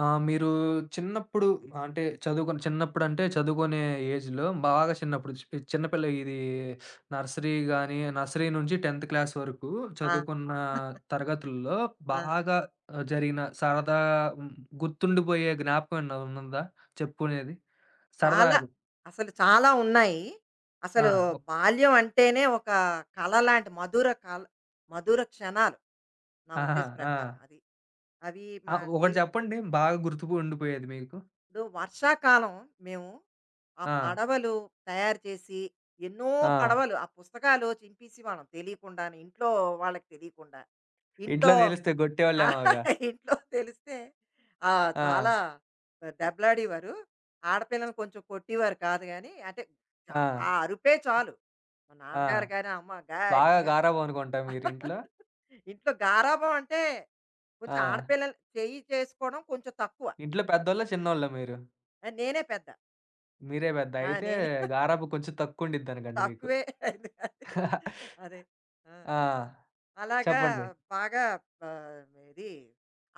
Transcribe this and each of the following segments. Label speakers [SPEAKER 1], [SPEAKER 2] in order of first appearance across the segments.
[SPEAKER 1] ఆ! మీరు చిన్నప్పుడు అంటే చదువుకుని చిన్నప్పుడంటే చదువుకునే ఏజ్‌లో బాగా చిన్నప్పుడు చిన్నపిల్ల ఇది నర్సరీ గాని, నర్సరీ నుంచి 10థ్ క్లాస్ వరకు
[SPEAKER 2] ఆ!
[SPEAKER 1] చదువుకున్న తరగతుల్లో
[SPEAKER 2] ఆ!
[SPEAKER 1] బాగా జరిగిన సరదా హ్మ్, గుర్తుండిపోయే జ్ఞాపకం ఏమన్నా ఉందా చెప్పుకునేది? సరదా
[SPEAKER 2] చాలా.
[SPEAKER 1] అది.
[SPEAKER 2] అసలు చాలా ఉన్నాయి.
[SPEAKER 1] ఆ!
[SPEAKER 2] అసలు
[SPEAKER 1] ఒక్
[SPEAKER 2] బాల్యం అంటేనే ఒక కల లాంటి మధుర కల మధుర క్షణాలు. నా
[SPEAKER 1] ఆహా!
[SPEAKER 2] ఉద్దేశ
[SPEAKER 1] ఆ!
[SPEAKER 2] ప్రకారం అది. అవి
[SPEAKER 1] ఆ!
[SPEAKER 2] మా
[SPEAKER 1] ఒకటి
[SPEAKER 2] జీవితంలో
[SPEAKER 1] చెప్పండి బాగా గుర్తుకు ఉండిపోయేది మీకు?
[SPEAKER 2] వర్షాకాలం మేము ఆ
[SPEAKER 1] ఆ!
[SPEAKER 2] పడవలు తయారు చేసి ఎన్నో
[SPEAKER 1] ఆ!
[SPEAKER 2] పడవలు ఆ పుస్తకాలు చింపేసేవాళ్ళం తెలియకుండాను. ఇంట్లో వాళ్ళకి తెలియకుండా.
[SPEAKER 1] ఇంట్లో
[SPEAKER 2] ఇంట్లో
[SPEAKER 1] తెలిస్తే
[SPEAKER 2] ఆ!
[SPEAKER 1] కొట్టేవాళ్ళేమోగా!
[SPEAKER 2] ఇంట్లో తెలిస్తే ఆ!
[SPEAKER 1] ఆ!
[SPEAKER 2] చాలా దెబ్బలాడేవారు. ఆడపిల్లలని కొంచెం కొట్టేవారు కాదు గానీ, అంటే చా
[SPEAKER 1] ఆ!
[SPEAKER 2] ఆ అరుపే చాలు. మా
[SPEAKER 1] ఆ!
[SPEAKER 2] నాన్నగారు గాని, అమ్మ
[SPEAKER 1] బాగా
[SPEAKER 2] గట్టిగా.
[SPEAKER 1] గారాబం అనుకుంటా మీరింట్లో.
[SPEAKER 2] ఇంట్లో గారాబం అంటే కొంచెం
[SPEAKER 1] ఆ!
[SPEAKER 2] ఆడపిల్లలు చెయ్యి చేసుకోవడం కొంచెం తక్కువ.
[SPEAKER 1] ఇంట్లో పెద్దోళ్ళా? చిన్నోళ్ళా మీరు?
[SPEAKER 2] ఆ, నేనే పెద్ద.
[SPEAKER 1] మీరే పెద్ద.
[SPEAKER 2] ఆ!
[SPEAKER 1] అయితే
[SPEAKER 2] నేనే.
[SPEAKER 1] గారాబం కొంచెం తక్కువుండిద్దనుకోండి మీకు.
[SPEAKER 2] తక్కువే. అదే. అదే. ఆ!
[SPEAKER 1] ఆ!
[SPEAKER 2] అలాగా
[SPEAKER 1] చెప్పండి.
[SPEAKER 2] బాగా ఆహ్, ఇది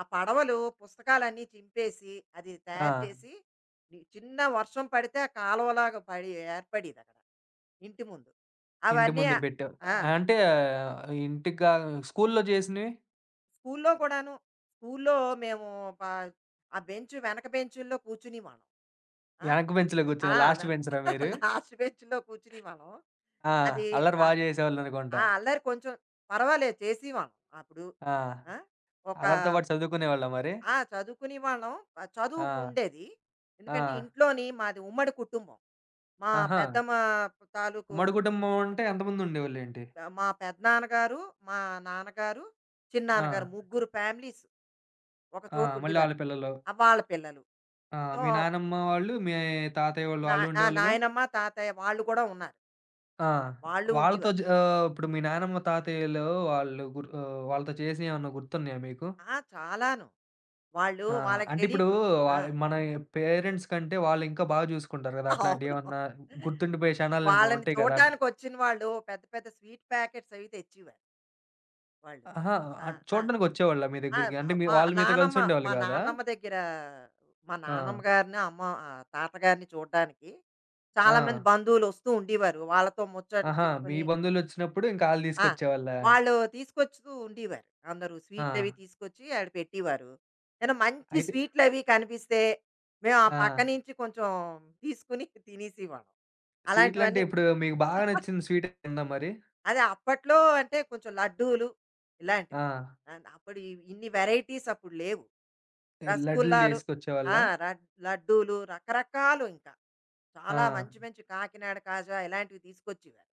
[SPEAKER 2] ఆ పడవలు పుస్తకాలన్నీ చింపేసి, అది
[SPEAKER 1] ఆ!
[SPEAKER 2] తయారు చేసి, ని చిన్న వర్షం పడితే ఆ కాలువలాగా పడి ఏర్పడేదక్కడ. ఇంటి ముందు.
[SPEAKER 1] ఇంటి
[SPEAKER 2] అవన్నీ
[SPEAKER 1] ముందు
[SPEAKER 2] ఆ!
[SPEAKER 1] పెట్టావు.
[SPEAKER 2] ఆ,
[SPEAKER 1] అంటే ఇంటికి గా స్కూల్లో చేసినవి?
[SPEAKER 2] స్కూల్లో కూడాను. స్కూల్లో మేము ప ఆ బెంచ్ వెనక బెంచుల్లో కూర్చునేవాళ్ళం. ఆ!
[SPEAKER 1] వెనక బెంచ్‌లో కూర్చొని
[SPEAKER 2] ఆ!
[SPEAKER 1] లాస్ట్
[SPEAKER 2] వెనక
[SPEAKER 1] బెంచరా మీరు?
[SPEAKER 2] లాస్ట్ బెంచ్‌లో కూర్చునేవాళ్ళం.
[SPEAKER 1] ఆ!
[SPEAKER 2] అది
[SPEAKER 1] అల్లరి
[SPEAKER 2] ఆ!
[SPEAKER 1] బా చేసేవాళ్ళనుకుంటా.
[SPEAKER 2] ఆ అల్లరి కొంచెం పర్వాలేదు చేసేవాళ్ళం అప్పుడు.
[SPEAKER 1] ఆ!
[SPEAKER 2] ఆ! ఒక
[SPEAKER 1] అల్లరితో పాటు చదువుకునేవాళ్ళా మరి?
[SPEAKER 2] ఆ! చదువుకునే వాళ్ళం. చదువు
[SPEAKER 1] ఆ!
[SPEAKER 2] ఉండేది.
[SPEAKER 1] ఆ!
[SPEAKER 2] ఎందుకంటే ఇంట్లోని మాది ఉమ్మడి కుటుంబం. మా
[SPEAKER 1] ఆహా!
[SPEAKER 2] పెద్దమ్మ తాలూకు
[SPEAKER 1] ఉమ్మడి కుటుంబం అంటే ఎంతమంది ఉండేవాళ్ళేంటి?
[SPEAKER 2] మా పెదనాన్నగారు, మా నాన్నగారు,
[SPEAKER 1] ఆ!
[SPEAKER 2] చిన్నాన్నగారు ముగ్గురు ఫ్యామిలీస్ ఒక
[SPEAKER 1] ఆ!
[SPEAKER 2] చోట
[SPEAKER 1] మళ్ళీ ఆళ్ళ
[SPEAKER 2] ఉండేవారు.
[SPEAKER 1] పిల్లలు.
[SPEAKER 2] ఆ! వాళ్ళ పిల్లలు.
[SPEAKER 1] ఆ!
[SPEAKER 2] సో,
[SPEAKER 1] మీ నానమ్మ వాళ్ళు, మీ తాతయ్య వాళ్ళు,
[SPEAKER 2] నా
[SPEAKER 1] వాళ్ళు
[SPEAKER 2] ఆ!
[SPEAKER 1] ఉండేవాళ్ళుగా?
[SPEAKER 2] నాయనమ్మ, తాతయ్య వాళ్ళు కూడా ఉన్నారు.
[SPEAKER 1] ఆ!
[SPEAKER 2] వాళ్ళు
[SPEAKER 1] వాళ్ళతో
[SPEAKER 2] ఉండేవారు.
[SPEAKER 1] జ ఇప్పుడు మీ నానమ్మ, తాతయ్యలు వాళ్ళు గుర్ వాళ్ళతో చేసినయేమన్నా గుర్తున్నాయా మీకు?
[SPEAKER 2] ఆ! చాలాను. వాళ్ళు
[SPEAKER 1] ఆ!
[SPEAKER 2] వాళ్ళకి
[SPEAKER 1] అంటే ఇప్పుడు
[SPEAKER 2] తెలియకుం ఆ!
[SPEAKER 1] వాళ్ మన పేరెంట్స్ కంటే వాళ్ళు ఇంకా బాగా చూసుకుంటారు కదా!
[SPEAKER 2] అవును.
[SPEAKER 1] అట్లాంటియేమన్నా గుర్తుండిపోయే క్షణాలేమన్నా
[SPEAKER 2] వాళ్ళని
[SPEAKER 1] ఉంటాయి కదా! అట్లా
[SPEAKER 2] చూడటానికొచ్చిన వాళ్ళు పెద్ద పెద్ద స్వీట్ ప్యాకెట్స్ అవి తెచ్చేవారు వాళ్ళు.
[SPEAKER 1] అహా!
[SPEAKER 2] ఆ!
[SPEAKER 1] అట్
[SPEAKER 2] ఆ!
[SPEAKER 1] చూడ్డానికొచ్చేవాళ్ళా మీ
[SPEAKER 2] ఆ!
[SPEAKER 1] దగ్గరికి?
[SPEAKER 2] మా
[SPEAKER 1] అంటే మీ
[SPEAKER 2] మా
[SPEAKER 1] వాళ్ళు మీతో
[SPEAKER 2] నానమ్మ,
[SPEAKER 1] కలిసుండేవాళ్ళు
[SPEAKER 2] మా
[SPEAKER 1] కాదా?
[SPEAKER 2] నానమ్మ దగ్గర మా
[SPEAKER 1] ఆ!
[SPEAKER 2] నానమ్మ గారిని, అమ్మ తాతగారిని చూడ్డానికి చాలామంది
[SPEAKER 1] ఆ!
[SPEAKER 2] బంధువులొస్తూ ఉండేవారు. వాళ్ళతో ముచ్చట్లు
[SPEAKER 1] ఆహా! మీ
[SPEAKER 2] పెట్టుకొని
[SPEAKER 1] బంధువులొచ్చినప్పుడు ఇంక ఆళ్ళు
[SPEAKER 2] ఆ!
[SPEAKER 1] తీసుకొచ్చేవాళ్ళా?
[SPEAKER 2] వాళ్ళు తీసుకొస్తూ ఉండేవారు. అందరూ
[SPEAKER 1] ఆ!
[SPEAKER 2] స్వీట్లవి తీసుకొచ్చి ఆడ పెట్టేవారు. ఏమైనా మంచి
[SPEAKER 1] అయితే
[SPEAKER 2] స్వీట్లవి కనిపిస్తే, మేము ఆ
[SPEAKER 1] ఆ!
[SPEAKER 2] పక్క నుంచి కొంచెం తీసుకుని తినేసేవాళ్ళం.
[SPEAKER 1] స్వీట్లంటే
[SPEAKER 2] అలాంటివన్నీ
[SPEAKER 1] ఇప్పుడు మీకు బాగా నచ్చిన స్వీట్ ఉందా మరి?
[SPEAKER 2] అదే అప్పట్లో అంటే కొంచెం లడ్డూలు ఇలాంటివి.
[SPEAKER 1] ఆ!
[SPEAKER 2] ఆ! అప్పుడు ఇన్ని వెరైటీస్ అప్పుడు లేవు.
[SPEAKER 1] ఈ లడ్డులు
[SPEAKER 2] రసగుల్లాలు ఆ!
[SPEAKER 1] జేసుకొచ్చేవాళ్ళా?
[SPEAKER 2] రడ్ లడ్డూలు రకరకాలు ఇంకా.
[SPEAKER 1] ఆ!
[SPEAKER 2] చాలా మంచి మంచి కాకినాడ కాజా ఇలాంటివి తీసుకొచ్చేవారు.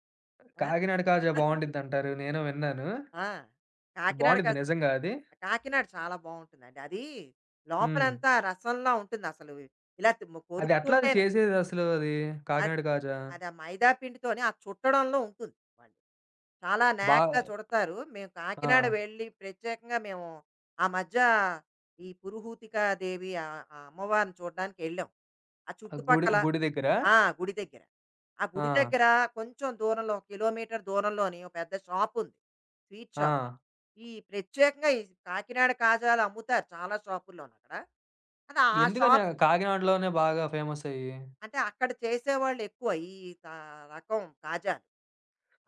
[SPEAKER 2] ఆ!
[SPEAKER 1] కాకినాడ కాజా బావుండిద్దంటారు. నేను విన్నాను.
[SPEAKER 2] ఆ! కాకినాడ క
[SPEAKER 1] బావుండిద్ది నిజంగా అది?
[SPEAKER 2] కాకినాడ చాలా బావుంటుందండి. అది
[SPEAKER 1] హ్మ్.
[SPEAKER 2] లోపలంతా రసంలా ఉంటుంది అసలు. ఇలా తి
[SPEAKER 1] అది ఎట్లా అది
[SPEAKER 2] కొరుకుతుంటేనే
[SPEAKER 1] చేసేదసలు అది
[SPEAKER 2] అది
[SPEAKER 1] కాకినాడ కాజా?
[SPEAKER 2] అది ఆ మైదా పిండితోనే ఆ చుట్టడంలో ఉంటుంది. వాళ్ళు. చాలా
[SPEAKER 1] బా
[SPEAKER 2] నాగ్‌గా చుడతారు. మేము
[SPEAKER 1] ఆ!
[SPEAKER 2] కాకినాడ వెళ్ళి ప్రత్యేకంగా మేము ఆ మధ్య ఈ పురుహూతికా దేవి ఆ అమ్మవారిని చూడ్డానికెళ్ళాం. ఆ
[SPEAKER 1] ఆ గుడి
[SPEAKER 2] చుట్టుపక్కల
[SPEAKER 1] గుడి దగ్గరా?
[SPEAKER 2] ఆ! గుడి దగ్గర. ఆ గుడి
[SPEAKER 1] ఆ!
[SPEAKER 2] దగ్గర కొంచెం దూరంలో ఒక కిలోమీటర్ దూరంలోని ఒక పెద్ద షాపుంది. స్వీట్
[SPEAKER 1] ఆ!
[SPEAKER 2] షాప్. ఈ ప్రత్యేకంగా ఈ కాకినాడ కాజాలు అమ్ముతారు చాలా షాపుల్లోను అక్కడ. అది ఆ
[SPEAKER 1] ఎందుకని
[SPEAKER 2] షాప్
[SPEAKER 1] కాకినాడలోనే బాగా ఫేమసయ్యి?
[SPEAKER 2] అంటే అక్కడ చేసేవాళ్ళెక్కువ ఈ కా రకం కాజాలు.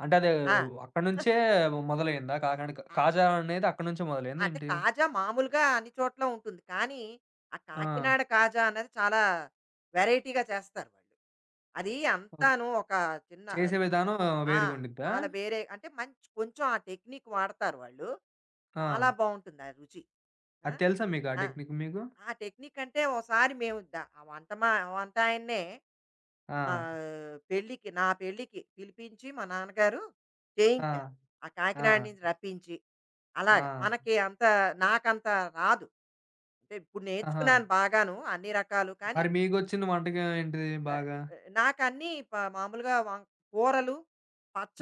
[SPEAKER 1] అంటే అది
[SPEAKER 2] ఆ!
[SPEAKER 1] అక్కడి నుంచే మొదలయిందా? కాకినాడ కా కాజా అనేది అక్కడి నుంచే మొదలైందా
[SPEAKER 2] అంటే
[SPEAKER 1] ఏంటి?
[SPEAKER 2] కాజా మామూలుగా అన్ని చోట్ల ఉంటుంది. కానీ, ఆ
[SPEAKER 1] ఆ!
[SPEAKER 2] కాకినాడ కాజా అన్నది చాలా వెరైటీగా చేస్తారు వాళ్ళు. అది
[SPEAKER 1] ఓహ్!
[SPEAKER 2] అంతాను ఒక చిన్న
[SPEAKER 1] చేసే విధానం
[SPEAKER 2] ఆ!
[SPEAKER 1] వేరుగుండిద్దా?
[SPEAKER 2] చాలా వేరే అంటే మంచి కొంచెం ఆ టెక్నిక్ వాడతారు వాళ్ళు.
[SPEAKER 1] ఆ!
[SPEAKER 2] చాలా బావుంటుంది ఆ రుచి. ఆ!
[SPEAKER 1] అది తెలుసా మీకు ఆ
[SPEAKER 2] ఆ!
[SPEAKER 1] టెక్నిక్ మీకు?
[SPEAKER 2] ఆ టెక్నిక్ అంటే ఓసారి మేము ఆ వంట మా వంటాయన్నే
[SPEAKER 1] ఆ!
[SPEAKER 2] ఆ! నా పెళ్ళికి పిలిపించి మా నాన్నగారు
[SPEAKER 1] ఆ!
[SPEAKER 2] చేయించారు. ఆ
[SPEAKER 1] ఆ!
[SPEAKER 2] కాకినాడ నుంచి రప్పించి. అలాగా
[SPEAKER 1] ఆ!
[SPEAKER 2] మనకి అంత నాకంత రాదు. అంటే ఇప్పుడు
[SPEAKER 1] ఆహా!
[SPEAKER 2] నేర్చుకున్నాను బాగాను అన్ని రకాలు. కానీ
[SPEAKER 1] మరి మీకొచ్చిన వంటకం ఏంటిది
[SPEAKER 2] ఆహ్,
[SPEAKER 1] బాగా?
[SPEAKER 2] నాకన్నీ మామూలుగా కూరలు,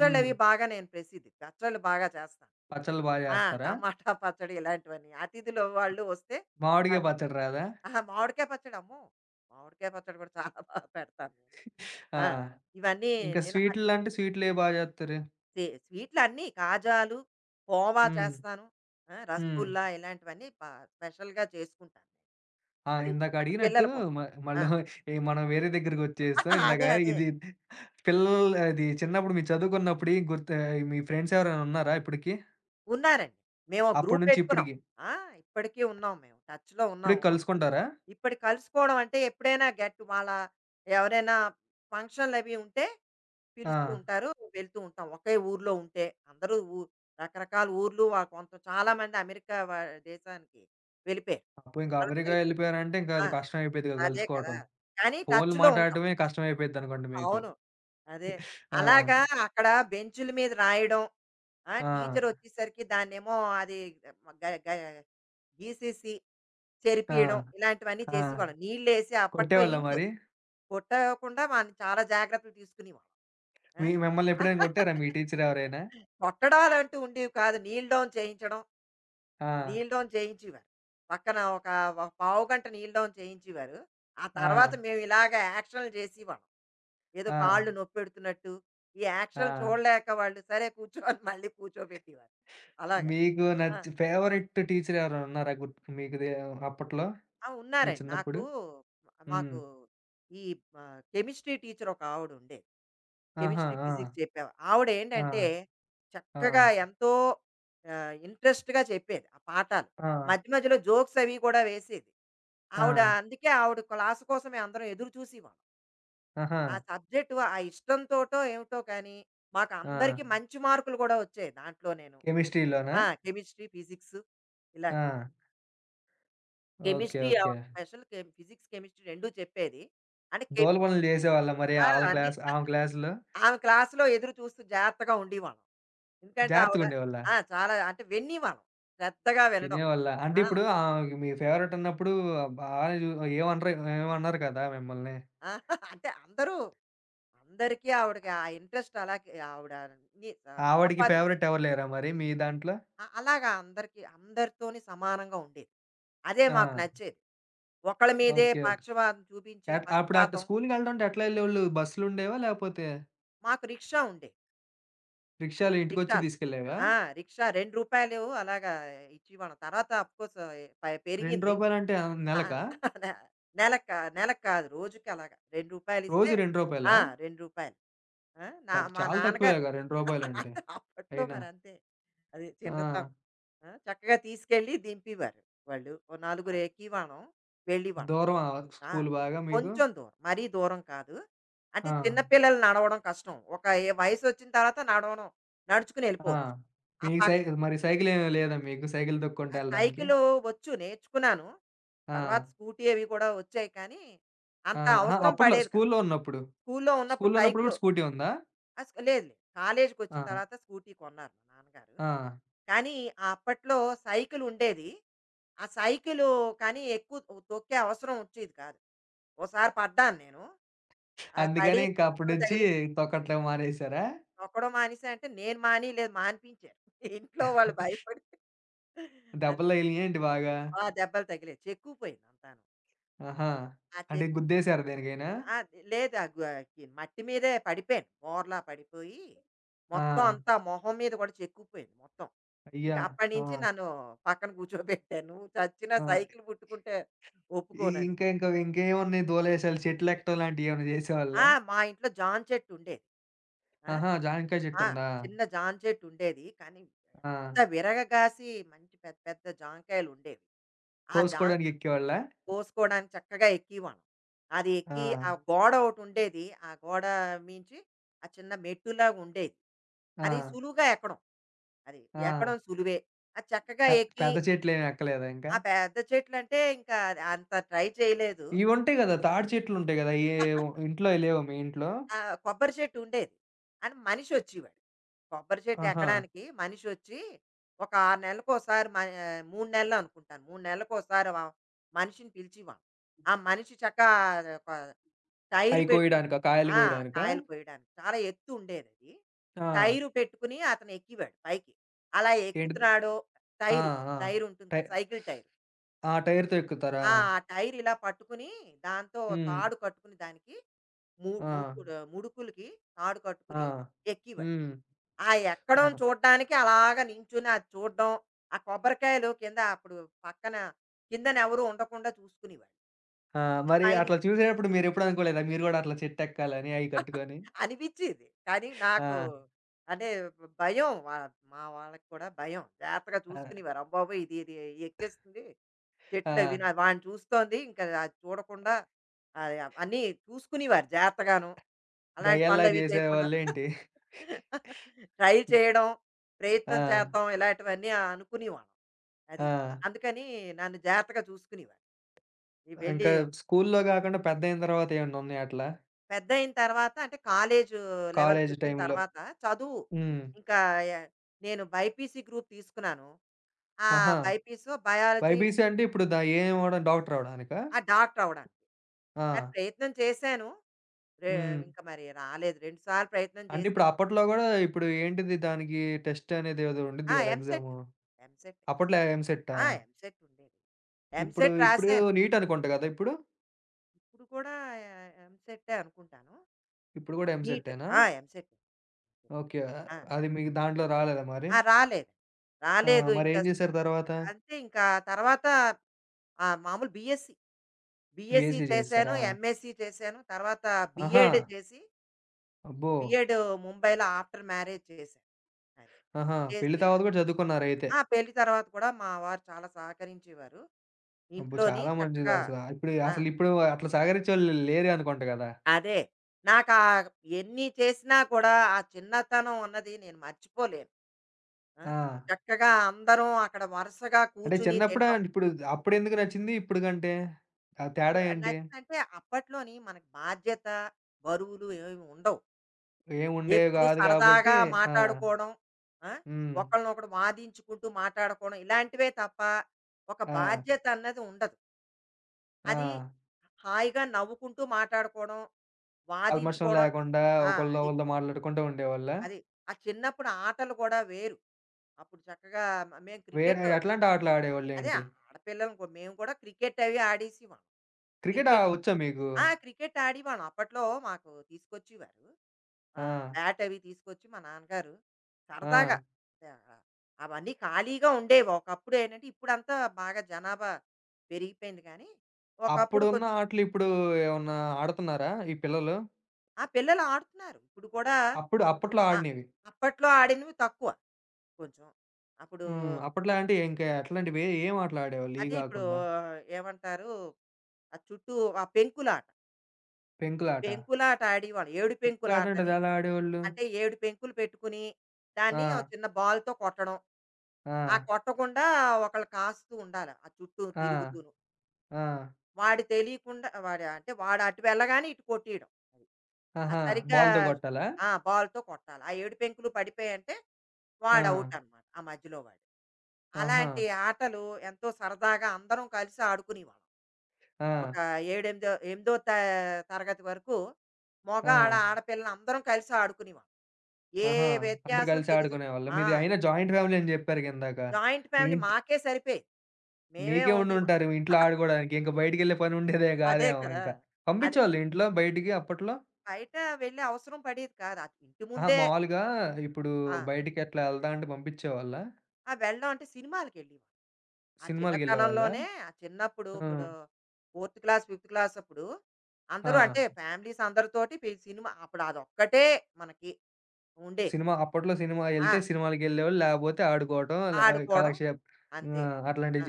[SPEAKER 1] హ్మ్.
[SPEAKER 2] బాగా నేను ప్రసిద్ధి. పచ్చళ్ళు బాగా చేస్తాను.
[SPEAKER 1] పచ్చళ్ళు బా
[SPEAKER 2] ఆ!
[SPEAKER 1] జేస్తారా?
[SPEAKER 2] టమాటా పచ్చడి ఇలాంటివన్నీ. అతిథులు వాళ్ళు వస్తే
[SPEAKER 1] మామిడికాయ
[SPEAKER 2] ఆహ్,
[SPEAKER 1] పచ్చడి రాదా?
[SPEAKER 2] అహా! మామిడికాయ పచ్చడి అమ్మో! మామిడికాయ పచ్చడి కూడా చాలా బాగా పెడతాను నేను. ఆ!
[SPEAKER 1] ఆ!
[SPEAKER 2] ఇవన్నీ
[SPEAKER 1] ఇంకా
[SPEAKER 2] నేను
[SPEAKER 1] స్వీట్‌లంటే స్వీట్‌లేవి బా జేత్తరు?
[SPEAKER 2] స్వీట్లన్నీ కాజాలు, కోవా
[SPEAKER 1] హ్మ్.
[SPEAKER 2] చేస్తాను. ఆ!
[SPEAKER 1] హ్మ్.
[SPEAKER 2] రసగుల్లా ఇలాంటివన్నీ స్పెషల్‌గా చేసుకుంటాను. నేను.
[SPEAKER 1] ఆ!
[SPEAKER 2] అది.
[SPEAKER 1] ఇందాక
[SPEAKER 2] అంటే
[SPEAKER 1] అడిగినట్టు
[SPEAKER 2] పిల్లల కోసం.
[SPEAKER 1] మ
[SPEAKER 2] ఆ!
[SPEAKER 1] మళ్ళా ఏ మనం వేరే దగ్గరికొచ్చేసాం. ఇందాక
[SPEAKER 2] అదే. అదే.
[SPEAKER 1] ఇది పిల్లలు అది చిన్నప్పుడు మీరు చదువుకున్నప్పుడియి గుర్తు మీ ఫ్రెండ్స్ ఎవరైనా ఉన్నారా ఇప్పటికి?
[SPEAKER 2] ఉన్నారండి. మేము ఓ
[SPEAKER 1] అప్పటి
[SPEAKER 2] గ్రూప్
[SPEAKER 1] నుంచి
[SPEAKER 2] పెట్టుకున్నాం.
[SPEAKER 1] ఇప్పటికి?
[SPEAKER 2] ఆ! ఇప్పటికీ ఉన్నాం మేము. టచ్‌లో
[SPEAKER 1] ఇప్పటికి
[SPEAKER 2] ఉన్నాము.
[SPEAKER 1] కలుసుకుంటారా?
[SPEAKER 2] ఇప్పుడు కలుసుకోవడం అంటే ఎప్పుడైనా గెట్ వాళ్ళ ఎవరైనా ఫంక్షన్‌లవి ఉంటే
[SPEAKER 1] ఆ!
[SPEAKER 2] పిలుస్తూ ఉంటారు. వెళ్తూ ఉంటాం. ఒకే ఊర్లో ఉంటే అందరూ రకరకాల ఊర్లు కొంత చాలామంది అమెరికా దేశానికి వెళ్ళిపోయారు.
[SPEAKER 1] అప్పుడు ఇంకా
[SPEAKER 2] వలస
[SPEAKER 1] అమెరికా
[SPEAKER 2] వెళ్ళిపోయారు.
[SPEAKER 1] యెళ్ళిపోయారంటే ఇంకా
[SPEAKER 2] ఆ!
[SPEAKER 1] అది కష్టమైపోద్దిగా
[SPEAKER 2] అదే కదా!
[SPEAKER 1] గలుసుకోవటం.
[SPEAKER 2] కానీ
[SPEAKER 1] ఫోన్‌లు
[SPEAKER 2] టచ్‌లో ఉంటాం.
[SPEAKER 1] మాట్లాడటమే కష్టమైపోయిద్దనుకోండి మీకు.
[SPEAKER 2] అవును. అదే.
[SPEAKER 1] ఆ!
[SPEAKER 2] అలాగా అక్కడ బెంచుల మీద రాయడం. ఆ!
[SPEAKER 1] ఆ!
[SPEAKER 2] టీచరొచ్చేసరికి దాన్నేమో అది గ గ గీసేసి
[SPEAKER 1] ఆ!
[SPEAKER 2] చెరిపియడం ఇలాంటివన్నీ
[SPEAKER 1] ఆ!
[SPEAKER 2] చేసేవాళ్ళం. నీళ్ళేసి అప్పట్లో
[SPEAKER 1] కొట్టేవాళ్ళా
[SPEAKER 2] ఇంకు
[SPEAKER 1] మరి?
[SPEAKER 2] కొట్టకుండా మనం చాలా జాగ్రత్తలు తీసుకునేవాళ్ళం. ఆ!
[SPEAKER 1] మిమ్మల్ని ఎప్పుడైనా కొట్టారా మీ టీచర్ ఎవరైనా?
[SPEAKER 2] కొట్టడాలంటూ ఉండేవి కాదు. నీళ్ళ డౌన్ చేయించడం.
[SPEAKER 1] ఆ!
[SPEAKER 2] నీల్ డౌన్ చేయించేవారు. పక్కన ఒక, ఒక పావు గంట నీల్ డౌన్ చేయించేవారు. ఆ తర్వాత
[SPEAKER 1] ఆ!
[SPEAKER 2] మేము ఇలాగ యాక్షన్‌లు చేసేవాళ్ళం. ఏదో
[SPEAKER 1] ఆ!
[SPEAKER 2] కాళ్ళు నొప్పెడుతున్నట్టు, ఈ
[SPEAKER 1] ఆ!
[SPEAKER 2] యాక్షన్‌లు చూడలేక వాళ్ళు, సరే కూర్చో అని మళ్ళీ కూర్చోబెట్టేవారు. అలాగా.
[SPEAKER 1] మీకు
[SPEAKER 2] ఆ!
[SPEAKER 1] నచ్చి ఫేవరెట్ టీచర్ ఎవరైనా ఉన్నారా? గుర్తు మీకు దే అప్పట్లో
[SPEAKER 2] ఆ!
[SPEAKER 1] మీ
[SPEAKER 2] ఉన్నారండి.
[SPEAKER 1] చిన్నప్పుడు?
[SPEAKER 2] నాకు
[SPEAKER 1] హ్మ్.
[SPEAKER 2] మాకు ఈ కెమిస్ట్రీ టీచర్ ఒక ఆవిడ ఉండేది.
[SPEAKER 1] ఆహా!
[SPEAKER 2] కెమిస్ట్రీ,
[SPEAKER 1] ఆ!
[SPEAKER 2] ఫిజిక్స్ చెప్పేవా ఆవిడ ఏంటంటే
[SPEAKER 1] ఆ! ఆ!
[SPEAKER 2] చక్కగా ఎంతో ఇంట్రెస్ట్‌గా చెప్పేది ఆ పాఠాలు.
[SPEAKER 1] ఆ!
[SPEAKER 2] మధ్య మధ్యలో జోక్స్ అవి కూడా వేసేది.
[SPEAKER 1] ఆ!
[SPEAKER 2] ఆవిడ అందుకే ఆవిడ క్లాస్ కోసమే అందరం ఎదురు చూసేవాళ్ళం.
[SPEAKER 1] ఆహా!
[SPEAKER 2] ఆ సబ్జెక్టు ఆ ఇష్టంతోటో ఏమిటో కానీ
[SPEAKER 1] ఆ!
[SPEAKER 2] మాకందరికీ మంచి మార్కులు కూడా వచ్చాయి దాంట్లో నేను.
[SPEAKER 1] కెమిస్ట్రీలోనా?
[SPEAKER 2] ఆ! కెమిస్ట్రీ, ఫిజిక్స్
[SPEAKER 1] ఆ!
[SPEAKER 2] ఇలాగ.
[SPEAKER 1] ఓకే.
[SPEAKER 2] Chemistry
[SPEAKER 1] okay.
[SPEAKER 2] ఆవిడ స్పెషల్ ఫిజిక్స్, కెమిస్ట్రీ 2 చెప్పేది. అంటే
[SPEAKER 1] దోల
[SPEAKER 2] కెమిస్ట్రీ
[SPEAKER 1] పనులు చేసేవాళ్ళా మరి
[SPEAKER 2] ఆ!
[SPEAKER 1] ఆళ్ళ
[SPEAKER 2] అన్నీ
[SPEAKER 1] క్లాస్ ఆమె క్లాస్‌లో?
[SPEAKER 2] ఆమె క్లాస్‌లో ఎదురు చూస్తూ జాగ్రత్తగా ఉండేవాళ్ళం. ఎందుకంటే ఆవిడ
[SPEAKER 1] జాగ్రత్తగుండేవాళ్ళా?
[SPEAKER 2] ఆ! చాలా అంటే వినేవాళ్ళం. శ్రద్ధగా వినడం.
[SPEAKER 1] తినేవాళ్ళా? అంటే
[SPEAKER 2] ఆ!
[SPEAKER 1] ఇప్పుడు ఆమెకి మీ ఫేవరెట్ అన్నప్పుడు బానే జు ఏమనరు ఏమనరు కదా మిమ్మల్ని.
[SPEAKER 2] ఆ! అంటే అందరూ అందరికీ ఆవిడకి ఆ ఇంట్రెస్ట్ అలాగే ఆవిడ ని
[SPEAKER 1] ఆవిడకి
[SPEAKER 2] సంపాదించి
[SPEAKER 1] ఫేవరెట్ ఎవరు లేరా మరి మీ దాంట్లో?
[SPEAKER 2] అలాగా అందరికీ అందరితోని సమానంగా ఉండేది. అదే
[SPEAKER 1] ఆ!
[SPEAKER 2] మాకు నచ్చేది. ఒకళ్ళ మీదే
[SPEAKER 1] ఓకే. ఓకే.
[SPEAKER 2] పక్షపాతం చూపించి
[SPEAKER 1] ఎట్ అప్పుడు అటు
[SPEAKER 2] పక్షపాతం
[SPEAKER 1] స్కూలుకెళ్ళడంటే ఎట్లా ఎళ్ళేవోళ్ళు? బస్సులుండేవా? లేపోతే
[SPEAKER 2] మాకు రిక్షా ఉండేది.
[SPEAKER 1] రిక్షాలో ఇంటికొచ్చి
[SPEAKER 2] రిక్షాలు.
[SPEAKER 1] తీసుకెళ్ళేవా?
[SPEAKER 2] ఆ! రిక్షా రూ. 2 అలాగా ఇచ్చేవాళ్ళం. తర్వాత అఫ్‌కోర్స్
[SPEAKER 1] రూ. 2
[SPEAKER 2] పెరిగింది.
[SPEAKER 1] అంటే
[SPEAKER 2] ఆ!
[SPEAKER 1] నెలకా?
[SPEAKER 2] నె నెలకు కాదు రోజుకి అలాగా రూ. 2
[SPEAKER 1] రోజు
[SPEAKER 2] ఇస్తే
[SPEAKER 1] రూ. 2
[SPEAKER 2] ఆ! రూ. 2 ఆ!
[SPEAKER 1] తక్
[SPEAKER 2] మా
[SPEAKER 1] చాలా
[SPEAKER 2] నాన్నగారు.
[SPEAKER 1] తక్కువేగా రూ. 2
[SPEAKER 2] అప్పట్లో
[SPEAKER 1] అయినా.
[SPEAKER 2] మరంతే. అది
[SPEAKER 1] ఆ!
[SPEAKER 2] చిన్నతనం. ఆ! చక్కగా తీసుకెళ్ళి దింపేవారు వాళ్ళు. ఓ
[SPEAKER 1] అ
[SPEAKER 2] నలుగురు ఎక్కేవాళ్ళం. వెళ్ళేవాళ్ళం.
[SPEAKER 1] దూరమా
[SPEAKER 2] ఆ!
[SPEAKER 1] స్కూలు బాగా మీకు?
[SPEAKER 2] కొంచెం దూరం. మరీ దూరం కాదు. అంటే
[SPEAKER 1] ఆ!
[SPEAKER 2] చిన్న పిల్లలు నడవడం కష్టం. ఒక ఏ వయసొచ్చిన తర్వాత నడవడం నడుచుకుని
[SPEAKER 1] ఆ!
[SPEAKER 2] ఎళ్ళిపోవచ్చు. ఆ
[SPEAKER 1] మీకు సై
[SPEAKER 2] పక్
[SPEAKER 1] మరి సైకిలేమి లేదా మీకు సైకిలు
[SPEAKER 2] ఆ
[SPEAKER 1] తొక్కుంటా ఎళ్ళడానికి?
[SPEAKER 2] సైకిలు వచ్చు నేర్చుకున్నాను.
[SPEAKER 1] ఆ!
[SPEAKER 2] తర్వాత స్కూటీ అవి కూడా వచ్చాయి కానీ,
[SPEAKER 1] ఆ!
[SPEAKER 2] అంత
[SPEAKER 1] అహా!
[SPEAKER 2] అవసరం
[SPEAKER 1] అప్పట్లో
[SPEAKER 2] పడేది కాదు.
[SPEAKER 1] స్కూల్లో ఉన్నప్పుడు.
[SPEAKER 2] స్కూల్లో ఉన్నప్పుడు
[SPEAKER 1] స్కూల్లో ఉన్నప్పుడు
[SPEAKER 2] సైకిలు
[SPEAKER 1] గూడా స్కూటీ ఉందా?
[SPEAKER 2] లేదు. లేదు.
[SPEAKER 1] ఆ!
[SPEAKER 2] కాలేజీకొచ్చిన తర్వాత స్కూటీ కొన్నారు మా నాన్నగారు.
[SPEAKER 1] ఆ!
[SPEAKER 2] కానీ ఆ అప్పట్లో సైకిలుండేది. ఆ సైకిలు కానీ ఎక్కువ తొక్కే అవసరం వచ్చేది కాదు. ఓసారి పడ్డాను నేను. పడి
[SPEAKER 1] అందుకని ఇంక
[SPEAKER 2] దెబ్బలు
[SPEAKER 1] అప్పుడినుంచి
[SPEAKER 2] తగిలించుకుని
[SPEAKER 1] తొక్కట్లే మానేసారా?
[SPEAKER 2] తొక్కడం మానేసాను అంటే నేను మానేయలేదు మానిపించారు. ఇంట్లో వాళ్ళు భయపడి అది.
[SPEAKER 1] దెబ్బలు తగిలినియా ఏంటి బాగా?
[SPEAKER 2] ఆ! దెబ్బలు తగిలాయి. చెక్కుపోయింది అంతాను.
[SPEAKER 1] ఆహా!
[SPEAKER 2] ఆ
[SPEAKER 1] అంటే
[SPEAKER 2] చెక్
[SPEAKER 1] గుద్దేసారా దేనికైనా?
[SPEAKER 2] ఆ! లేదు. ఆ గు కి- మట్టి మీదే పడిపోయాను. బోర్లా పడిపోయి,
[SPEAKER 1] ఆ!
[SPEAKER 2] మొత్తం అంతా మొహం మీద కూడా చెక్కుకుపోయింది మొత్తం.
[SPEAKER 1] అయ్యా!
[SPEAKER 2] ఇంకా అప్పటి
[SPEAKER 1] ఆ!
[SPEAKER 2] నుంచి నన్ను పక్కన కూర్చోబెట్టారు. "నువ్వు చచ్చినా
[SPEAKER 1] ఆ!
[SPEAKER 2] సైకిల్ ముట్టుకుంటే ఒప్పుకోనని."
[SPEAKER 1] ఇంకా ఇంకా ఇంకేమున్నాయి దూలేశాలు చెట్లెక్కటం లాంటియేమైనా జేసేవాళ్ళా?
[SPEAKER 2] ఆ! మా ఇంట్లో జామ చెట్టు ఉండేది. ఆ!
[SPEAKER 1] ఆహా! జాంకాయ
[SPEAKER 2] ఆ!
[SPEAKER 1] చెట్టుందా?
[SPEAKER 2] చిన్న జామ చెట్టు ఉండేది. కానీ
[SPEAKER 1] ఆ!
[SPEAKER 2] ఎంత విరగగాసి మంచి పెద్ద పెద్ద జామకాయలుండేవి. ఆ జామ
[SPEAKER 1] కోసుకోడానికి ఎక్కేవాళ్ళా?
[SPEAKER 2] కోసుకోవడానికి చక్కగా ఎక్కేవాళ్ళం. అది
[SPEAKER 1] ఆ!
[SPEAKER 2] ఎక్కి ఆ గోడ ఒకటుండేది. ఆ గోడ మీంచి ఆ చిన్న మెట్టులాగా ఉండేది.
[SPEAKER 1] ఆ!
[SPEAKER 2] అది సులువుగా ఎక్కడం. అది ఎక్కడం
[SPEAKER 1] ఆ!
[SPEAKER 2] సులువే. అది చక్కగా
[SPEAKER 1] పె
[SPEAKER 2] ఎక్కి
[SPEAKER 1] పెద్ద చెట్లేమి ఎక్కలేదా ఇంకా?
[SPEAKER 2] ఆ పెద్ద చెట్లంటే ఇంకా అది అంత ట్రై చేయలేదు.
[SPEAKER 1] ఇవుంటాయి గదా! తాడి చెట్లుంటాయి గదా! ఏ ఇంట్లో లేవా మీ ఇంట్లో?
[SPEAKER 2] కొబ్బరి చెట్టు ఉండేది. అని మనిషొచ్చేవాడు. కొబ్బరి చెట్టు
[SPEAKER 1] ఆహా!
[SPEAKER 2] ఎక్కడానికి మనిషొచ్చి ఒక 6 నెలలకోసారి 3 నెలలు అనుకుంటాను. 3 నెలలకోసారి మనిషిని పిలిచేవాళ్ళం. ఆ మనిషి చక్కా క టైరు
[SPEAKER 1] అయి
[SPEAKER 2] పెట్టుకుని
[SPEAKER 1] కోయడానికా? కాయలు
[SPEAKER 2] ఆ!
[SPEAKER 1] కోయడానికా?
[SPEAKER 2] కాయలు కొయ్యడానికి. చాలా ఎత్తు ఉండేదది.
[SPEAKER 1] ఆ!
[SPEAKER 2] టైరు పెట్టుకుని అతను ఎక్కేవాడు పైకి. అలా
[SPEAKER 1] ఏంటిది?
[SPEAKER 2] ఎక్కుతున్నాడో
[SPEAKER 1] ఆ!
[SPEAKER 2] టైరు,
[SPEAKER 1] ఆ!
[SPEAKER 2] టైరుంటుంది
[SPEAKER 1] టై
[SPEAKER 2] కదా! Cycle tyre.
[SPEAKER 1] ఆ! టైర్‌తో ఎక్కుతారా?
[SPEAKER 2] ఆ! ఆ టైరు ఇలా పట్టుకుని, దాంతో
[SPEAKER 1] హ్మ్.
[SPEAKER 2] తాడు కట్టుకుని దానికి
[SPEAKER 1] ఆ!
[SPEAKER 2] ముడుకులకి తాడు
[SPEAKER 1] ఆ!
[SPEAKER 2] కట్టుకుని ఎక్కేవాడు.
[SPEAKER 1] హ్మ్.
[SPEAKER 2] ఆ ఎక్కడం
[SPEAKER 1] ఆహా!
[SPEAKER 2] చూడడానికి అలాగా నించుని అది చూడడం, ఆ కొబ్బరికాయలు కింద అప్పుడు పక్కన కిందనెవరూ ఉండకుండా చూసుకునేవారు.
[SPEAKER 1] ఆ!
[SPEAKER 2] ఆ
[SPEAKER 1] మరి అట్లా
[SPEAKER 2] పైనుంచి
[SPEAKER 1] చూసేటప్పుడు మీరెప్పుడు అనుకోలేదా మీరు గూడా అట్లా చెట్టెక్కాలని అయి కట్టుకొని?
[SPEAKER 2] అనిపించేది. కానీ నాకు
[SPEAKER 1] ఆ!
[SPEAKER 2] అంటే భయం. మా వాళ్ళకి కూడా భయం. జాగ్రత్తగా
[SPEAKER 1] ఆ!
[SPEAKER 2] చూసుకునేవారు. అమ్మబాబోయ్! ఇది ఇది ఎక్కేస్తుంది. చెట్లవి
[SPEAKER 1] ఆ!
[SPEAKER 2] నా వాడిని చూస్తోంది. ఇంకా అది చూడకుండా అన్నీ చూసుకునేవారు జాగ్రత్తగాను. అలాంటి
[SPEAKER 1] గయ్యాల్లా
[SPEAKER 2] పనులవి చేయకుండా.
[SPEAKER 1] జేసేవాళ్ళేంటి?
[SPEAKER 2] ట్రై చేయడం,
[SPEAKER 1] ఆ!
[SPEAKER 2] ప్రయత్నం చేద్దాం ఇలాంటివన్నీ అనుకునేవాళ్ళం.
[SPEAKER 1] ఆ!
[SPEAKER 2] అది. అందుకని నన్ను జాగ్రత్తగా చూసుకునేవారు. ఈ
[SPEAKER 1] ఇంకా
[SPEAKER 2] వెళ్ళి
[SPEAKER 1] స్కూల్లో గాకుండా పెద్దయిన తర్వాత ఏమన్నా ఉన్నాయా అట్లా?
[SPEAKER 2] పెద్దయిన తర్వాత అంటే
[SPEAKER 1] కాలేజీ
[SPEAKER 2] లెవెల్‌కొచ్చిన
[SPEAKER 1] టైమ్‌లో?
[SPEAKER 2] తర్వాత చదువు
[SPEAKER 1] హ్మ్.
[SPEAKER 2] ఇంకా య నేను బైపీసీ గ్రూప్ తీసుకున్నాను. ఆ
[SPEAKER 1] ఆహా!
[SPEAKER 2] బైపీసో, బయాలజీ
[SPEAKER 1] బైపీసీ అంటే ఇప్పుడు దా ఏం అవ్వడం డాక్టర్ అవ్వడానికా?
[SPEAKER 2] ఆ! డాక్టర్ అవ్వడానికి.
[SPEAKER 1] ఆ!
[SPEAKER 2] కానీ ప్రయత్నం చేశాను. రే
[SPEAKER 1] హ్మ్.
[SPEAKER 2] ఇంకా మరి రాలేదు. 2 సార్లు ప్రయత్నం
[SPEAKER 1] అంటే
[SPEAKER 2] చేసి
[SPEAKER 1] ఇప్పుడు అప్పట్లో గూడా ఇప్పుడు ఏంటిది దానికి టెస్ట్ అనేది ఏదో ఉండిద్ది
[SPEAKER 2] ఆ!
[SPEAKER 1] గదా!
[SPEAKER 2] ఎంసెట్.
[SPEAKER 1] ఎగ్జాము.
[SPEAKER 2] ఎంసెట్.
[SPEAKER 1] అప్పట్లో ఎంసెట్టా?
[SPEAKER 2] ఆ! ఎంసెట్ ఉండేది.
[SPEAKER 1] ఇప్పుడు
[SPEAKER 2] ఎంసెట్
[SPEAKER 1] ఇప్పుడు
[SPEAKER 2] రాశాను.
[SPEAKER 1] నీట్ అనుకుంటా గదా! ఇప్పుడు?
[SPEAKER 2] ఇప్పుడు కూడా ఎ ఎంసెట్టే అనుకుంటాను.
[SPEAKER 1] ఇప్పుడు గూడా
[SPEAKER 2] నీట్.
[SPEAKER 1] ఎంసెట్టేనా?
[SPEAKER 2] ఆ! ఎంసెట్.
[SPEAKER 1] ఓకే.
[SPEAKER 2] ఆ!
[SPEAKER 1] అది మీకు దాంట్లో రాలేదా మరి?
[SPEAKER 2] ఆ! రాలేదు.
[SPEAKER 1] ఆ!
[SPEAKER 2] రాలేదు.
[SPEAKER 1] మరేం
[SPEAKER 2] ఇంకా
[SPEAKER 1] జేశారు తర్వాత?
[SPEAKER 2] అంతే ఇంకా తర్వాత ఆ! మామూలు బీఎస్సీ. బీఎస్సీ
[SPEAKER 1] బీఎస్సీ
[SPEAKER 2] చేశాను.
[SPEAKER 1] జేశారా?
[SPEAKER 2] ఎంఎస్సీ చేశాను. తర్వాత
[SPEAKER 1] ఆహా!
[SPEAKER 2] బీఎడ్ చేసి,
[SPEAKER 1] అబ్బో!
[SPEAKER 2] బీఎడ్ ముంబైలో ఆఫ్టర్ మ్యారేజ్ చేశాను. అది.
[SPEAKER 1] ఆహా! పెళ్లి
[SPEAKER 2] చేసి
[SPEAKER 1] తర్వాత గూడా చదువుకున్నారైతే.
[SPEAKER 2] ఆ! పెళ్లి తర్వాత కూడా మా వారు చాలా సహకరించేవారు.
[SPEAKER 1] అబ్బో!
[SPEAKER 2] ఇంట్లోని
[SPEAKER 1] చాలా
[SPEAKER 2] చక్కగా
[SPEAKER 1] మంచిదసల. ఇప్పుడు
[SPEAKER 2] ఆ!
[SPEAKER 1] అసలిప్పుడు అట్లా సహకరించేవాళ్ళు లేరే అనుకుంట గదా!
[SPEAKER 2] అదే. నాకా ఎన్ని చేసినా కూడా ఆ చిన్నతనం అన్నది నేను మర్చిపోలేను. ఆ!
[SPEAKER 1] ఆ!
[SPEAKER 2] చక్కగా అందరం అక్కడ వరుసగా
[SPEAKER 1] అంటే
[SPEAKER 2] కూర్చుని
[SPEAKER 1] చిన్నప్పుడా
[SPEAKER 2] తినడం.
[SPEAKER 1] ఇప్పుడు అప్పుడెందుకు నచ్చింది ఇప్పుడు కంటే? ఆ తేడా
[SPEAKER 2] ఇప్పుడు
[SPEAKER 1] ఏంటి?
[SPEAKER 2] నచ్చిందంటే అప్పట్లోని మనకు బాధ్యత, బరువులు ఏవి ఉండవు.
[SPEAKER 1] ఏముండేవి
[SPEAKER 2] ఎప్పుడు
[SPEAKER 1] గాదు
[SPEAKER 2] సరదాగా
[SPEAKER 1] గాబట్టి ఆ!
[SPEAKER 2] మాట్లాడుకోవడం, ఆ!
[SPEAKER 1] హ్మ్.
[SPEAKER 2] ఒకళ్ళనొకడు వాదించుకుంటూ మాట్లాడుకోవడం ఇలాంటివే తప్ప, ఒక
[SPEAKER 1] ఆ!
[SPEAKER 2] బాధ్యత అన్నది ఉండదు.
[SPEAKER 1] ఆ!
[SPEAKER 2] అది హాయిగా నవ్వుకుంటూ మాట్లాడుకోవడం,
[SPEAKER 1] కల్మషం
[SPEAKER 2] వాదించుకోవడం
[SPEAKER 1] లేకుండా
[SPEAKER 2] ఆ!
[SPEAKER 1] ఒకళ్ళు
[SPEAKER 2] అది.
[SPEAKER 1] ఒకళ్ళతో మాట్లాడుకుంటూ ఉండేవాళ్ళా?
[SPEAKER 2] అది. ఆ చిన్నప్పుడు ఆటలు కూడా వేరు. అప్పుడు చక్కగా మేము
[SPEAKER 1] వేరే
[SPEAKER 2] క్రికెట్
[SPEAKER 1] ఎట్లాంటి
[SPEAKER 2] అదే
[SPEAKER 1] ఆటలాడేవాళ్ళేంటి?
[SPEAKER 2] ఆడపిల్లలం మేము కూడా క్రికెట్ అవి ఆడేసేవాళ్ళం.
[SPEAKER 1] క్రికెటా
[SPEAKER 2] క్రికెట్
[SPEAKER 1] వచ్చా మీకు?
[SPEAKER 2] ఆ! క్రికెట్ ఆడేవాళ్ళం. అప్పట్లో మాకు తీసుకొచ్చేవారు. ఆ!
[SPEAKER 1] ఆ!
[SPEAKER 2] బ్యాట్ అవి తీసుకొచ్చి మా నాన్నగారు సరదాగా
[SPEAKER 1] ఆ!
[SPEAKER 2] ఆహ్, అవన్నీ ఖాళీగా ఉండేవి. ఒకప్పుడు ఏంటంటే ఇప్పుడంతా బాగా జనాభా పెరిగిపోయింది కానీ, ఒకప్పుడు కొ
[SPEAKER 1] అప్పుడున్న ఆటలు ఇప్పుడు ఏమన్నా ఆడుతున్నారా ఈ పిల్లలు?
[SPEAKER 2] ఆ! పిల్లలు ఆడుతున్నారు. ఇప్పుడు కూడా
[SPEAKER 1] అప్పుడు అప్పట్లో
[SPEAKER 2] ఆ!
[SPEAKER 1] ఆడినవి.
[SPEAKER 2] అప్పట్లో ఆడినవి తక్కువ కొంచెం. అప్పుడు
[SPEAKER 1] హ్మ్. అప్పట్లో అంటే ఇంకా ఎట్లాంటివి? ఏం ఆటలాడేవాళ్ళు ఇయి
[SPEAKER 2] అదే ఇప్పుడు
[SPEAKER 1] గాకుండా?
[SPEAKER 2] ఏమంటారు? ఆ చుట్టూ ఆ పెంకులాట,
[SPEAKER 1] పెంకులాట.
[SPEAKER 2] పెంకులాట ఆడేవాళ్ళం. ఏడు
[SPEAKER 1] పెంకులాటంటే
[SPEAKER 2] పెంకులాటని.
[SPEAKER 1] అదెలా ఆడేవాళ్ళు?
[SPEAKER 2] అంటే 7 పెంకులు పెట్టుకుని, దాన్ని ఓ
[SPEAKER 1] ఆ!
[SPEAKER 2] చిన్న బాల్‌తో కొట్టడం. ఆ
[SPEAKER 1] ఆ!
[SPEAKER 2] కొట్టకుండా ఒకళ్ళు కాస్తూ ఉండాలి. ఆ చుట్టూ
[SPEAKER 1] ఆ!
[SPEAKER 2] తిరుగుతూను.
[SPEAKER 1] ఆ!
[SPEAKER 2] వాడు తెలియకుండా వాడు అంటే వాడు అటు వెళ్ళగానే ఇటు కొట్టేయడం. అది. ఆ
[SPEAKER 1] ఆహా!
[SPEAKER 2] సరిగ్గా
[SPEAKER 1] బాల్‌తో గొట్టాలా?
[SPEAKER 2] ఆ! బాల్‌తో కొట్టాలి. ఆ ఏడు పెంకులు పడిపోయాయంటే
[SPEAKER 1] ఆ!
[SPEAKER 2] వాడు ఔట్ అనమాట. ఆ మధ్యలో వాడు.
[SPEAKER 1] ఆహా!
[SPEAKER 2] అలాంటి ఆటలు ఎంతో సరదాగా అందరం కలిసి ఆడుకునేవాళ్ళం.
[SPEAKER 1] ఆ!
[SPEAKER 2] ఒక 7, 8 ఎనిమిదో త తరగతి వరకు మగ, ఆడ,
[SPEAKER 1] ఆ!
[SPEAKER 2] ఆడపిల్ల అందరం కలిసి ఆడుకునేవాళ్ళం. ఏ
[SPEAKER 1] ఆహా! అందరూ
[SPEAKER 2] వ్యత్యాసం
[SPEAKER 1] కలిసి
[SPEAKER 2] తెలీదు.
[SPEAKER 1] ఆడుకునేవాళ్ళా?
[SPEAKER 2] ఆ!
[SPEAKER 1] మీది అయినా జాయింట్ ఫ్యామిలీ అని జెప్పారు ఇందాక.
[SPEAKER 2] జాయింట్
[SPEAKER 1] మీ
[SPEAKER 2] ఫ్యామిలీ
[SPEAKER 1] ఇంట్
[SPEAKER 2] మాకే సరిపోయేది. మేమే
[SPEAKER 1] మీకే
[SPEAKER 2] ఉండేవాళ్ళం.
[SPEAKER 1] ఉండుంటారు మీ ఇంట్లో ఆడుకోవడానికి. ఇంక బయటికెళ్ళే పని ఉండేదే
[SPEAKER 2] అదే
[SPEAKER 1] గాదేమో
[SPEAKER 2] కదా!
[SPEAKER 1] ఇంక.
[SPEAKER 2] అదే.
[SPEAKER 1] పంపించేవాళ్ళా ఇంట్లో బయటికి అప్పట్లో?
[SPEAKER 2] బయట వెళ్ళే అవసరం పడేది కాదు. ఆ ఇంటి
[SPEAKER 1] అహా!
[SPEAKER 2] ముందే
[SPEAKER 1] మాములుగా ఇప్పుడు
[SPEAKER 2] ఆ!
[SPEAKER 1] బయటికి అట్లా ఎళ్దా అంటే పంపించేవాళ్ళా?
[SPEAKER 2] ఆ! వెళ్ళడం అంటే సినిమాలకెళ్ళేవాళ్ళం. ఆ
[SPEAKER 1] సినిమాలకెళ్ళేవాళ్ళా?
[SPEAKER 2] చిన్నతనంలోనే ఆ చిన్నప్పుడు
[SPEAKER 1] ఆ!
[SPEAKER 2] ఇప్పుడు ఫోర్త్ క్లాస్, ఫిఫ్త్ క్లాస్ అప్పుడు
[SPEAKER 1] ఆ!
[SPEAKER 2] అందరూ అంటే ఫ్యామిలీస్ అందరితోటి సినిమా అప్పుడు అదొక్కటే మనకి ఉండేది.
[SPEAKER 1] సినిమా అప్పట్లో సినిమా
[SPEAKER 2] ఆ!
[SPEAKER 1] ఎళ్తే సినిమాలకెళ్ళేవాళ్ళు, లేకపోతే ఆడుకోవటం లే
[SPEAKER 2] ఆడుకోవడం
[SPEAKER 1] కాలక్షేప్ ఆ!
[SPEAKER 2] అంతే.
[SPEAKER 1] అట్లాంటివి
[SPEAKER 2] ఆ!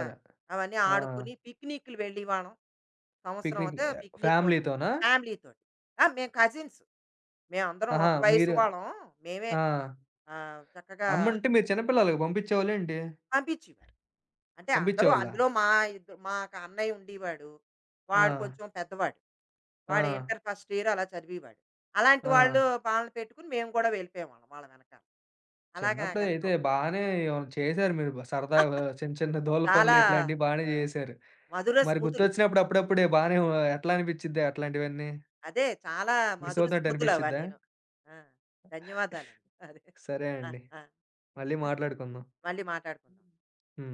[SPEAKER 2] ఆ! అవన్నీ
[SPEAKER 1] ఆ!
[SPEAKER 2] ఆడుకుని పిక్నిక్‌లు వెళ్ళేవాళ్ళం. సంవత్సరం
[SPEAKER 1] పిక్నిక్
[SPEAKER 2] అయితే పిక్నిక్ కోసం
[SPEAKER 1] ఫ్యామిలీతోనా?
[SPEAKER 2] ఫ్యామిలీతోటి. ఆ! మేము కజిన్స్. మేమందరం
[SPEAKER 1] ఆహా!
[SPEAKER 2] ఒక వయసు
[SPEAKER 1] మీరు
[SPEAKER 2] వాళ్ళం. మేమే
[SPEAKER 1] ఆ!
[SPEAKER 2] ఆ! చక్కగా
[SPEAKER 1] అమ్మంటే మీరు చిన్న పిల్లలకి పంపించేవాళ్ళేంటి?
[SPEAKER 2] పంపించేవారు. అంటే అందరూ
[SPEAKER 1] పంపించేవాళ్ళా?
[SPEAKER 2] అందులో మా మాకు అన్నయ్య ఉండేవాడు.
[SPEAKER 1] ఆ!
[SPEAKER 2] వాడు కొంచెం పెద్దవాడు. వాడు
[SPEAKER 1] ఆ!
[SPEAKER 2] ఇంటర్ ఫస్ట్ ఇయర్ అలా చదివేవాడు. అలాంటి
[SPEAKER 1] ఆ!
[SPEAKER 2] వాళ్ళు వాళ్ళని పెట్టుకొని మేము కూడా వెళ్ళిపోయేవాళ్ళం వాళ్ళ వెనకాల. అలాగా
[SPEAKER 1] చిన్నప్పుడు అయితే
[SPEAKER 2] నాకెంతో
[SPEAKER 1] బానే ఏమైనా చేశారు మీరు బ సరదాగా చిన్న చిన్న దోల పనులు
[SPEAKER 2] చాలా
[SPEAKER 1] ఇట్లాంటివి బానే
[SPEAKER 2] ఆ!
[SPEAKER 1] జేశారు.
[SPEAKER 2] మధుర
[SPEAKER 1] మరి
[SPEAKER 2] స్మృతులు.
[SPEAKER 1] గుర్తొచ్చినప్పుడు అప్పుడప్పుడే బానే వ ఎట్లా అనిపిచ్చిద్దా అట్లాంటివన్నీ?
[SPEAKER 2] అదే చాలా
[SPEAKER 1] మిస్
[SPEAKER 2] మధుర
[SPEAKER 1] అవుతున్నట్టు
[SPEAKER 2] స్మృతులు
[SPEAKER 1] అనిపిచ్చిద్దా?
[SPEAKER 2] అవన్నీను. ఆ! ధన్యవాదాలండి. అదే.
[SPEAKER 1] సరే
[SPEAKER 2] ఆ!
[SPEAKER 1] అండి.
[SPEAKER 2] ఆ!
[SPEAKER 1] మళ్ళీ మాట్లాడుకుందాం.
[SPEAKER 2] మళ్ళీ మాట్లాడుకుందాం.
[SPEAKER 1] హ్మ్.